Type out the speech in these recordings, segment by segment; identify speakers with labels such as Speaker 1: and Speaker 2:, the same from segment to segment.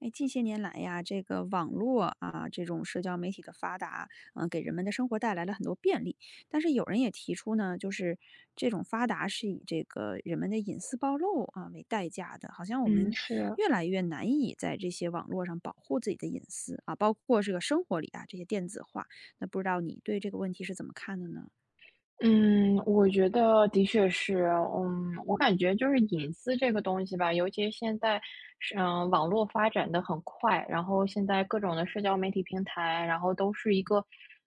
Speaker 1: 哎，近些年来呀，这个网络啊，这种社交媒体的发达，给人们的生活带来了很多便利。但是有人也提出呢，就是这种发达是以这个人们的隐私暴露啊为代价的，好像我
Speaker 2: 嗯，
Speaker 1: 们
Speaker 2: 是，
Speaker 1: 越来越难以在这些网络上保护自己的隐私啊，包括这个生活里啊这些电子化。那不知道你对这个问题是怎么看的呢？
Speaker 2: 嗯，我觉得的确是，我感觉就是隐私这个东西吧，尤其现在是，网络发展的很快，然后现在各种的社交媒体平台，然后都是一个，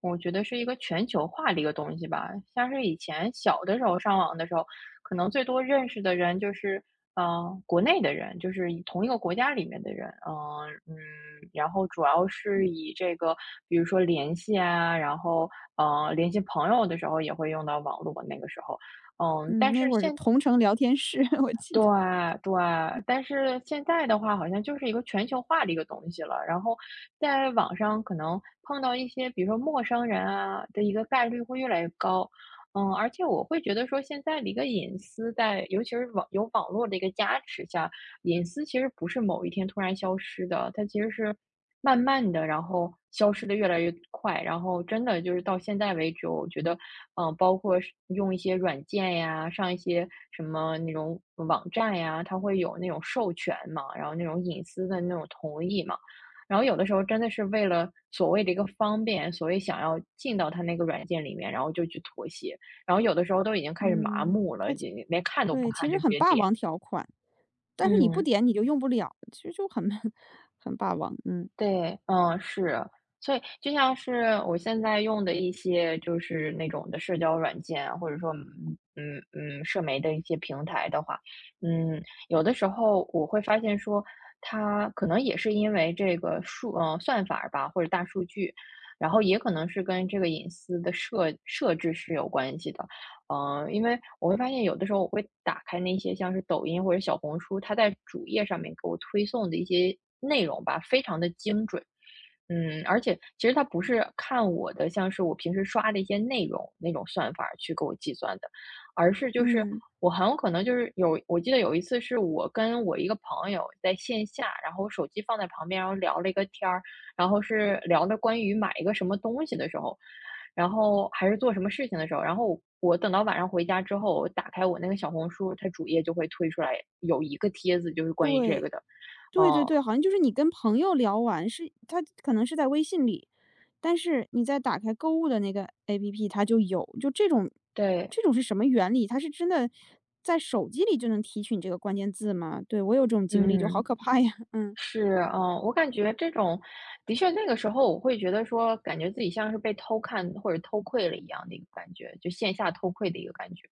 Speaker 2: 我觉得是一个全球化的一个东西吧。像是以前小的时候上网的时候，可能最多认识的人就是国内的人，就是以同一个国家里面的人，然后主要是以这个，比如说联系啊，然后联系朋友的时候也会用到网络，那个时候，
Speaker 1: 嗯，
Speaker 2: 但
Speaker 1: 那
Speaker 2: 是
Speaker 1: 会儿是同城聊天室，我记
Speaker 2: 对
Speaker 1: 得，
Speaker 2: 对，现在的话，好像就是一个全球化的一个东西了。然后在网上可能碰到一些，比如说陌生人啊的一个概率会越来越高。而且我会觉得说，现在的一个隐私在，尤其是网络的一个加持下，隐私其实不是某一天突然消失的，它其实是慢慢的，然后消失的越来越快，然后真的就是到现在为止，我觉得，包括是用一些软件呀，上一些什么那种网站呀，它会有那种授权嘛，然后那种隐私的那种同意嘛，然后有的时候真的是为了所谓的一个方便，所以想要进到它那个软件里面，然后就去妥协，然后有的时候都已经开始麻
Speaker 1: 嗯
Speaker 2: 木了，也连看都不
Speaker 1: 对，其
Speaker 2: 看
Speaker 1: 实
Speaker 2: 就直
Speaker 1: 很
Speaker 2: 接
Speaker 1: 霸
Speaker 2: 点，
Speaker 1: 王条款。但是你不
Speaker 2: 嗯。
Speaker 1: 点你就用不了，其实就很 很霸王。嗯
Speaker 2: 对，嗯，是。所以就像是我现在用的一些就是那种的社交软件啊或者说，社媒的一些平台的话，嗯，有的时候我会发现说，它可能也是因为这个数，算法儿吧，或者大数据，然后也可能是跟这个隐私的设置是有关系的。因为我会发现有的时候我会打开那些像是抖音或者小红书，它在主页上面给我推送的一些内容吧，非常的精准。而且其实它不是看我的像是我平时刷的一些内容，那种算法儿去给我计算的，而是就是
Speaker 1: 嗯，
Speaker 2: 我很有可能就是有我记得有一次是我跟我一个朋友在线下，然后手机放在旁边，然后聊了一个天儿，然后是聊的关于买一个什么东西的时候，然后还是做什么事情的时候，然后我等到晚上回家之后，我打开我那个小红书，它主页就会推出来有一个帖子，就是关于这
Speaker 1: 对
Speaker 2: 个的。
Speaker 1: 对对
Speaker 2: 嗯，
Speaker 1: 对，好像就是你跟朋友聊完是，他可能是在微信里，但是你再打开购物的那个 APP，它就有，就这种
Speaker 2: 对，
Speaker 1: 这种是什么原理？它是真的在手机里就能提取你这个关键字吗？对我有这种经历，就好
Speaker 2: 嗯。
Speaker 1: 可怕呀。嗯，
Speaker 2: 是，我感觉这种的确，那个时候我会觉得说，感觉自己像是被偷看或者偷窥了一样的一个感觉，就线下偷窥的一个感觉。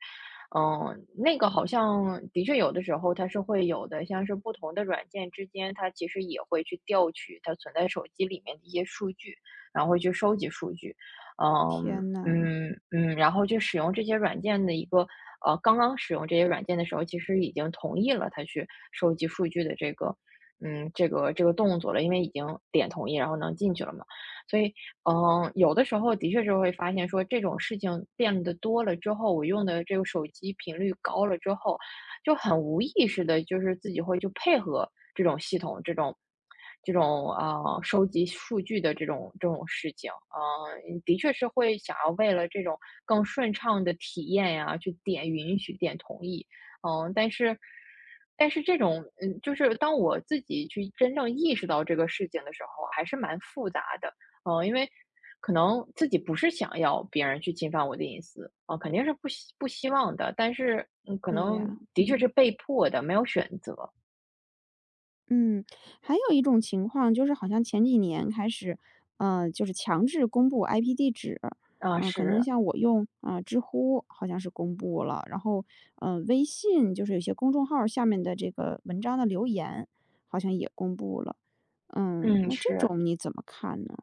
Speaker 2: 那个好像的确有的时候它是会有的，像是不同的软件之间，它其实也会去调取它存在手机里面的一些数据，然后会去收集数据。
Speaker 1: 天呐，
Speaker 2: 然后去使用这些软件的一个刚刚使用这些软件的时候，其实已经同意了它去收集数据的这个。这个动作了，因为已经点同意，然后能进去了嘛。所以，有的时候的确是会发现说这种事情变得多了之后，我用的这个手机频率高了之后，就很无意识的，就是自己会就配合这种系统，这种收集数据的这种事情，的确是会想要为了这种更顺畅的体验呀，去点允许、点同意。嗯，但是但是这种就是当我自己去真正意识到这个事情的时候，还是蛮复杂的。因为可能自己不是想要别人去侵犯我的隐私啊，肯定是不希望的，但是可
Speaker 1: 对
Speaker 2: 能
Speaker 1: 呀，
Speaker 2: 的确是
Speaker 1: 嗯。
Speaker 2: 被迫的，没有选择。
Speaker 1: 嗯，还有一种情况就是好像前几年开始，嗯，就是强制公布 IP 地址，
Speaker 2: 啊，
Speaker 1: 嗯，可能
Speaker 2: 是，
Speaker 1: 像我用啊、知乎好像是公布了，然后微信就是有些公众号儿下面的这个文章的留言好像也公布了，嗯，
Speaker 2: 嗯，
Speaker 1: 那这
Speaker 2: 是，
Speaker 1: 种你怎么看呢？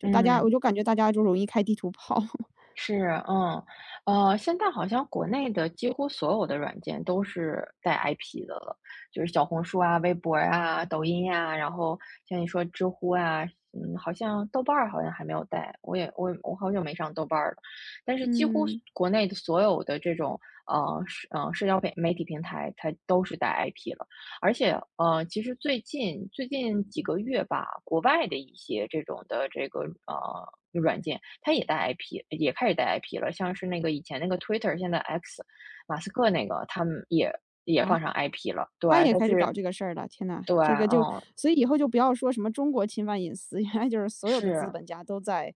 Speaker 1: 就大家，我
Speaker 2: 嗯。
Speaker 1: 就感觉大家就容易开地图炮，
Speaker 2: 是，现在好像国内的几乎所有的软件都是带 IP 的了，就是小红书啊、微博啊、抖音呀、然后像你说知乎啊，好像豆瓣儿好像还没有带，我好久没上豆瓣儿了，但是几乎
Speaker 1: 嗯。
Speaker 2: 国内的所有的这种社交媒体平台，它都是带 IP 了。而且，其实最近几个月吧，国外的一些这种的这个软件，它也带 IP,也开始带 IP 了。像是那个以前那个 Twitter,现在 X,马斯克那个，他们也也
Speaker 1: 啊。
Speaker 2: 放上 IP 了。对
Speaker 1: 他
Speaker 2: 啊，
Speaker 1: 也
Speaker 2: 它
Speaker 1: 开始
Speaker 2: 是，
Speaker 1: 搞这个事儿了，天呐，
Speaker 2: 对
Speaker 1: 这个
Speaker 2: 啊，
Speaker 1: 就
Speaker 2: 嗯，
Speaker 1: 所以以后就不要说什么中国侵犯隐私，原来就是所有的资
Speaker 2: 是，
Speaker 1: 本家都在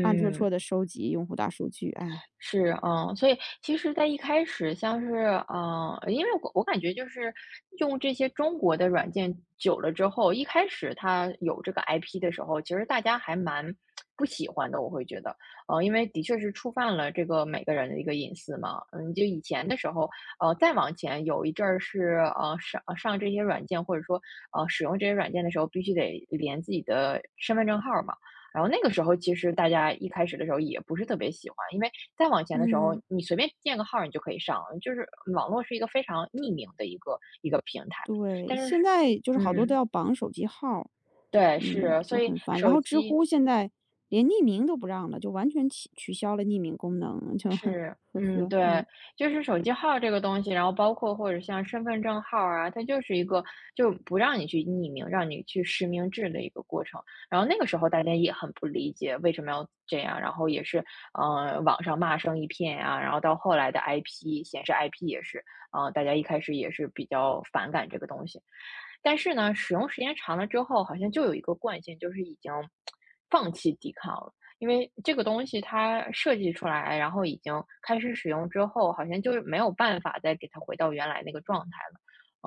Speaker 1: 暗戳戳的收集用户大数据，哎，
Speaker 2: 是，所以其实在一开始像是，因为我感觉就是用这些中国的软件久了之后，一开始它有这个 IP 的时候，其实大家还蛮不喜欢的，我会觉得，因为的确是触犯了这个每个人的一个隐私嘛。嗯，就以前的时候，再往前有一阵儿是，上这些软件或者说，使用这些软件的时候，必须得连自己的身份证号儿嘛。然后那个时候，其实大家一开始的时候也不是特别喜欢，因为再往前的时候，
Speaker 1: 嗯。
Speaker 2: 你随便建个号儿你就可以上，就是网络是一个非常匿名的一个平台。
Speaker 1: 对，
Speaker 2: 但是
Speaker 1: 现
Speaker 2: 是
Speaker 1: 在就是好多都
Speaker 2: 嗯，
Speaker 1: 要绑手机号儿。
Speaker 2: 对，
Speaker 1: 嗯，
Speaker 2: 是，所
Speaker 1: 就
Speaker 2: 以
Speaker 1: 很烦。然
Speaker 2: 手
Speaker 1: 后知
Speaker 2: 机
Speaker 1: 乎现在连匿名都不让了，就完全取消了匿名功能，就
Speaker 2: 是，
Speaker 1: 呵
Speaker 2: 嗯，
Speaker 1: 呵，
Speaker 2: 对，
Speaker 1: 嗯。
Speaker 2: 就是手机号这个东西，然后包括或者像身份证号啊，它就是一个就不让你去匿名，让你去实名制的一个过程。然后那个时候大家也很不理解为什么要这样，然后也是，网上骂声一片啊。然后到后来的 IP 显示 IP 也是，大家一开始也是比较反感这个东西。但是呢，使用时间长了之后，好像就有一个惯性，就是已经放弃抵抗了。因为这个东西它设计出来，然后已经开始使用之后，好像就是没有办法再给它回到原来那个状态了。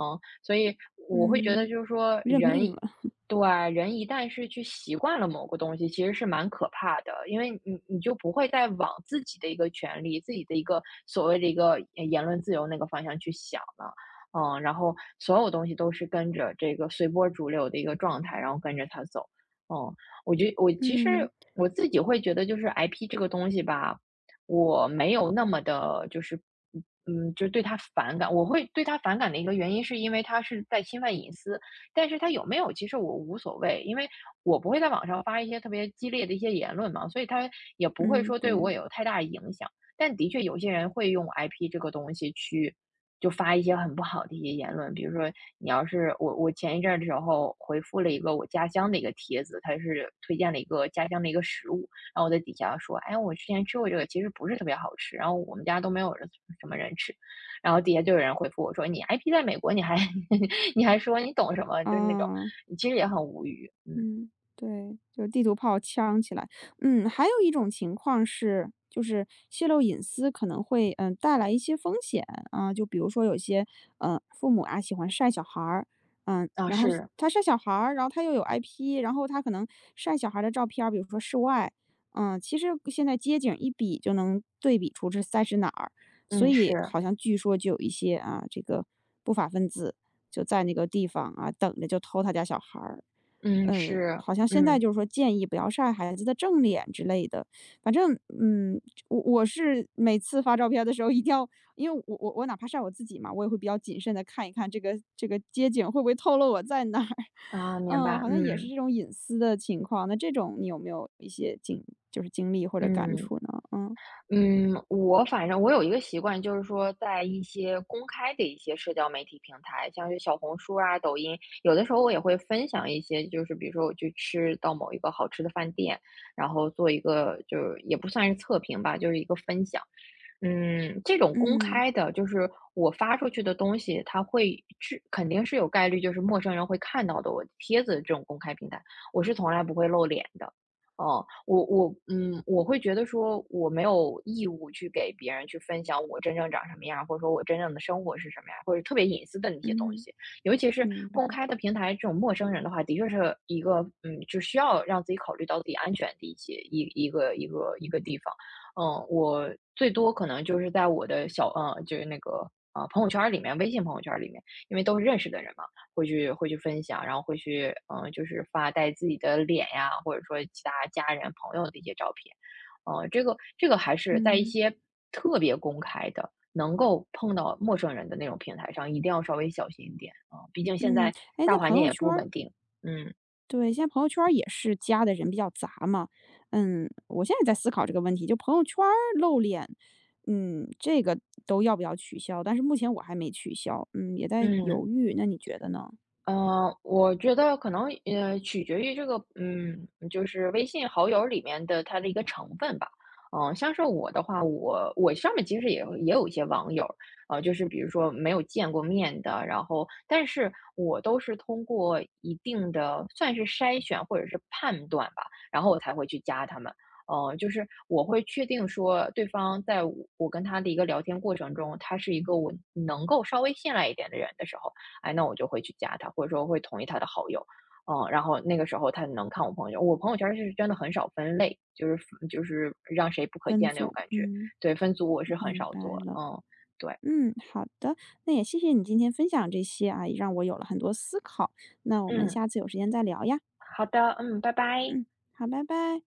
Speaker 2: 所以我会觉得
Speaker 1: 嗯。
Speaker 2: 就是说
Speaker 1: 认
Speaker 2: 人
Speaker 1: 命了。
Speaker 2: 对，人一旦是去习惯了某个东西，其实是蛮可怕的，因为你就不会再往自己的一个权利、自己的一个所谓的一个言论自由那个方向去想了。然后所有东西都是跟着这个随波逐流的一个状态，然后跟着它走。嗯，我其
Speaker 1: 嗯，
Speaker 2: 实我自己会觉得，就是 IP 这个东西吧，我没有那么的，就对它反感。我会对它反感的一个原因，是因为它是在侵犯隐私。但是它有没有，其实我无所谓，因为我不会在网上发一些特别激烈的一些言论嘛，所以它也不会
Speaker 1: 嗯，
Speaker 2: 说对
Speaker 1: 对。
Speaker 2: 我有太大影响。但的确，有些人会用 IP 这个东西去。就发一些很不好的一些言论，比如说你要是我前一阵儿的时候回复了一个我家乡的一个帖子，它是推荐了一个家乡的一个食物，然后我在底下说，哎，我之前吃过这个，其实不是特别好吃，然后我们家都没有人人吃，然后底下就有人回复我说，你 IP 在美国，你还 你还说你懂什么，就是那种，
Speaker 1: 啊。
Speaker 2: 其实也很无语，
Speaker 1: 嗯，对，就地图炮呛起来。嗯，还有一种情况是，就是泄露隐私可能会带来一些风险啊，就比如说有些父母啊喜欢晒小孩儿，然后
Speaker 2: 是，
Speaker 1: 他晒小孩儿，然后他又有 IP，然后他可能晒小孩儿的照片儿，比如说室外，其实现在街景一比就能对比出这晒是哪儿，所
Speaker 2: 嗯
Speaker 1: 以
Speaker 2: 是，
Speaker 1: 好像据说就有一些啊这个不法分子就在那个地方啊等着就偷他家小孩儿。
Speaker 2: 嗯
Speaker 1: 呃，
Speaker 2: 是，
Speaker 1: 好像现在
Speaker 2: 嗯
Speaker 1: 就是说建议不要晒孩子的正脸之类的。反正，嗯，我是每次发照片的时候一定要因为我哪怕晒我自己嘛，我也会比较谨慎的看一看这个街景会不会透露我在哪儿。
Speaker 2: 明
Speaker 1: 嗯，
Speaker 2: 白，
Speaker 1: 好像也是这种隐私的情况，那这种你有没有一些就是经历或者感
Speaker 2: 嗯。
Speaker 1: 触呢？嗯，
Speaker 2: 嗯，我反正我有一个习惯，就是说在一些公开的一些社交媒体平台，像是小红书啊、抖音，有的时候我也会分享一些，就是比如说我去吃到某一个好吃的饭店，然后做一个就是也不算是测评吧，就是一个分享。这种公
Speaker 1: 嗯，
Speaker 2: 开的，就是我发出去的东西，它会是肯定是有概率，就是陌生人会看到的。我帖子这种公开平台，我是从来不会露脸的。我会觉得说我没有义务去给别人去分享我真正长什么样，或者说我真正的生活是什么样，或者特别隐私的那些东
Speaker 1: 嗯，
Speaker 2: 西。尤其是
Speaker 1: 明白，
Speaker 2: 公开的平台，这种陌生人的话，的确是一个就需要让自己考虑到自己安全的一些一个一个地方。我最多可能就是在我的就是那个朋友圈儿里面，微信朋友圈儿里面，因为都是认识的人嘛，会去分享，然后会去就是发带自己的脸呀，或者说其他家人朋友的一些照片，这个还是在一
Speaker 1: 嗯，
Speaker 2: 些特别公开的，能够碰到陌生人的那种平台上，一定要稍微小心一点啊、毕竟现
Speaker 1: 嗯。
Speaker 2: 在
Speaker 1: 哎，
Speaker 2: 大
Speaker 1: 那
Speaker 2: 环
Speaker 1: 朋
Speaker 2: 境
Speaker 1: 友
Speaker 2: 也
Speaker 1: 圈
Speaker 2: 不稳定，嗯
Speaker 1: 对，现在朋友圈儿也是加的人比较杂嘛。嗯，我现在在思考这个问题，就朋友圈儿露脸，嗯，这个都要不要取消？但是目前我还没取消，嗯，也在
Speaker 2: 嗯。
Speaker 1: 犹豫。那你觉得呢？
Speaker 2: 嗯，我觉得可能取决于这个，就是微信好友里面的它的一个成分吧。嗯、像是我的话，我上面其实也有一些网友，就是比如说没有见过面的，然后但是我都是通过一定的算是筛选或者是判断吧，然后我才会去加他们。就是我会确定说对方在我跟他的一个聊天过程中，他是一个我能够稍微信赖一点的人的时候。哎，那我就会去加他，或者说会同意他的好友。然后那个时候他能看我朋友圈，我朋友圈是真的很少分类，就是让谁不可
Speaker 1: 分
Speaker 2: 见那种
Speaker 1: 组，
Speaker 2: 感觉。
Speaker 1: 嗯，
Speaker 2: 对，分组我是很
Speaker 1: 明
Speaker 2: 少做，
Speaker 1: 白了。
Speaker 2: 嗯，对，
Speaker 1: 嗯，好的，那也谢谢你今天分享这些啊，也让我有了很多思考。那我们
Speaker 2: 嗯，
Speaker 1: 下次有时间再聊呀。
Speaker 2: 好的，嗯，拜拜。
Speaker 1: 嗯，好，拜拜。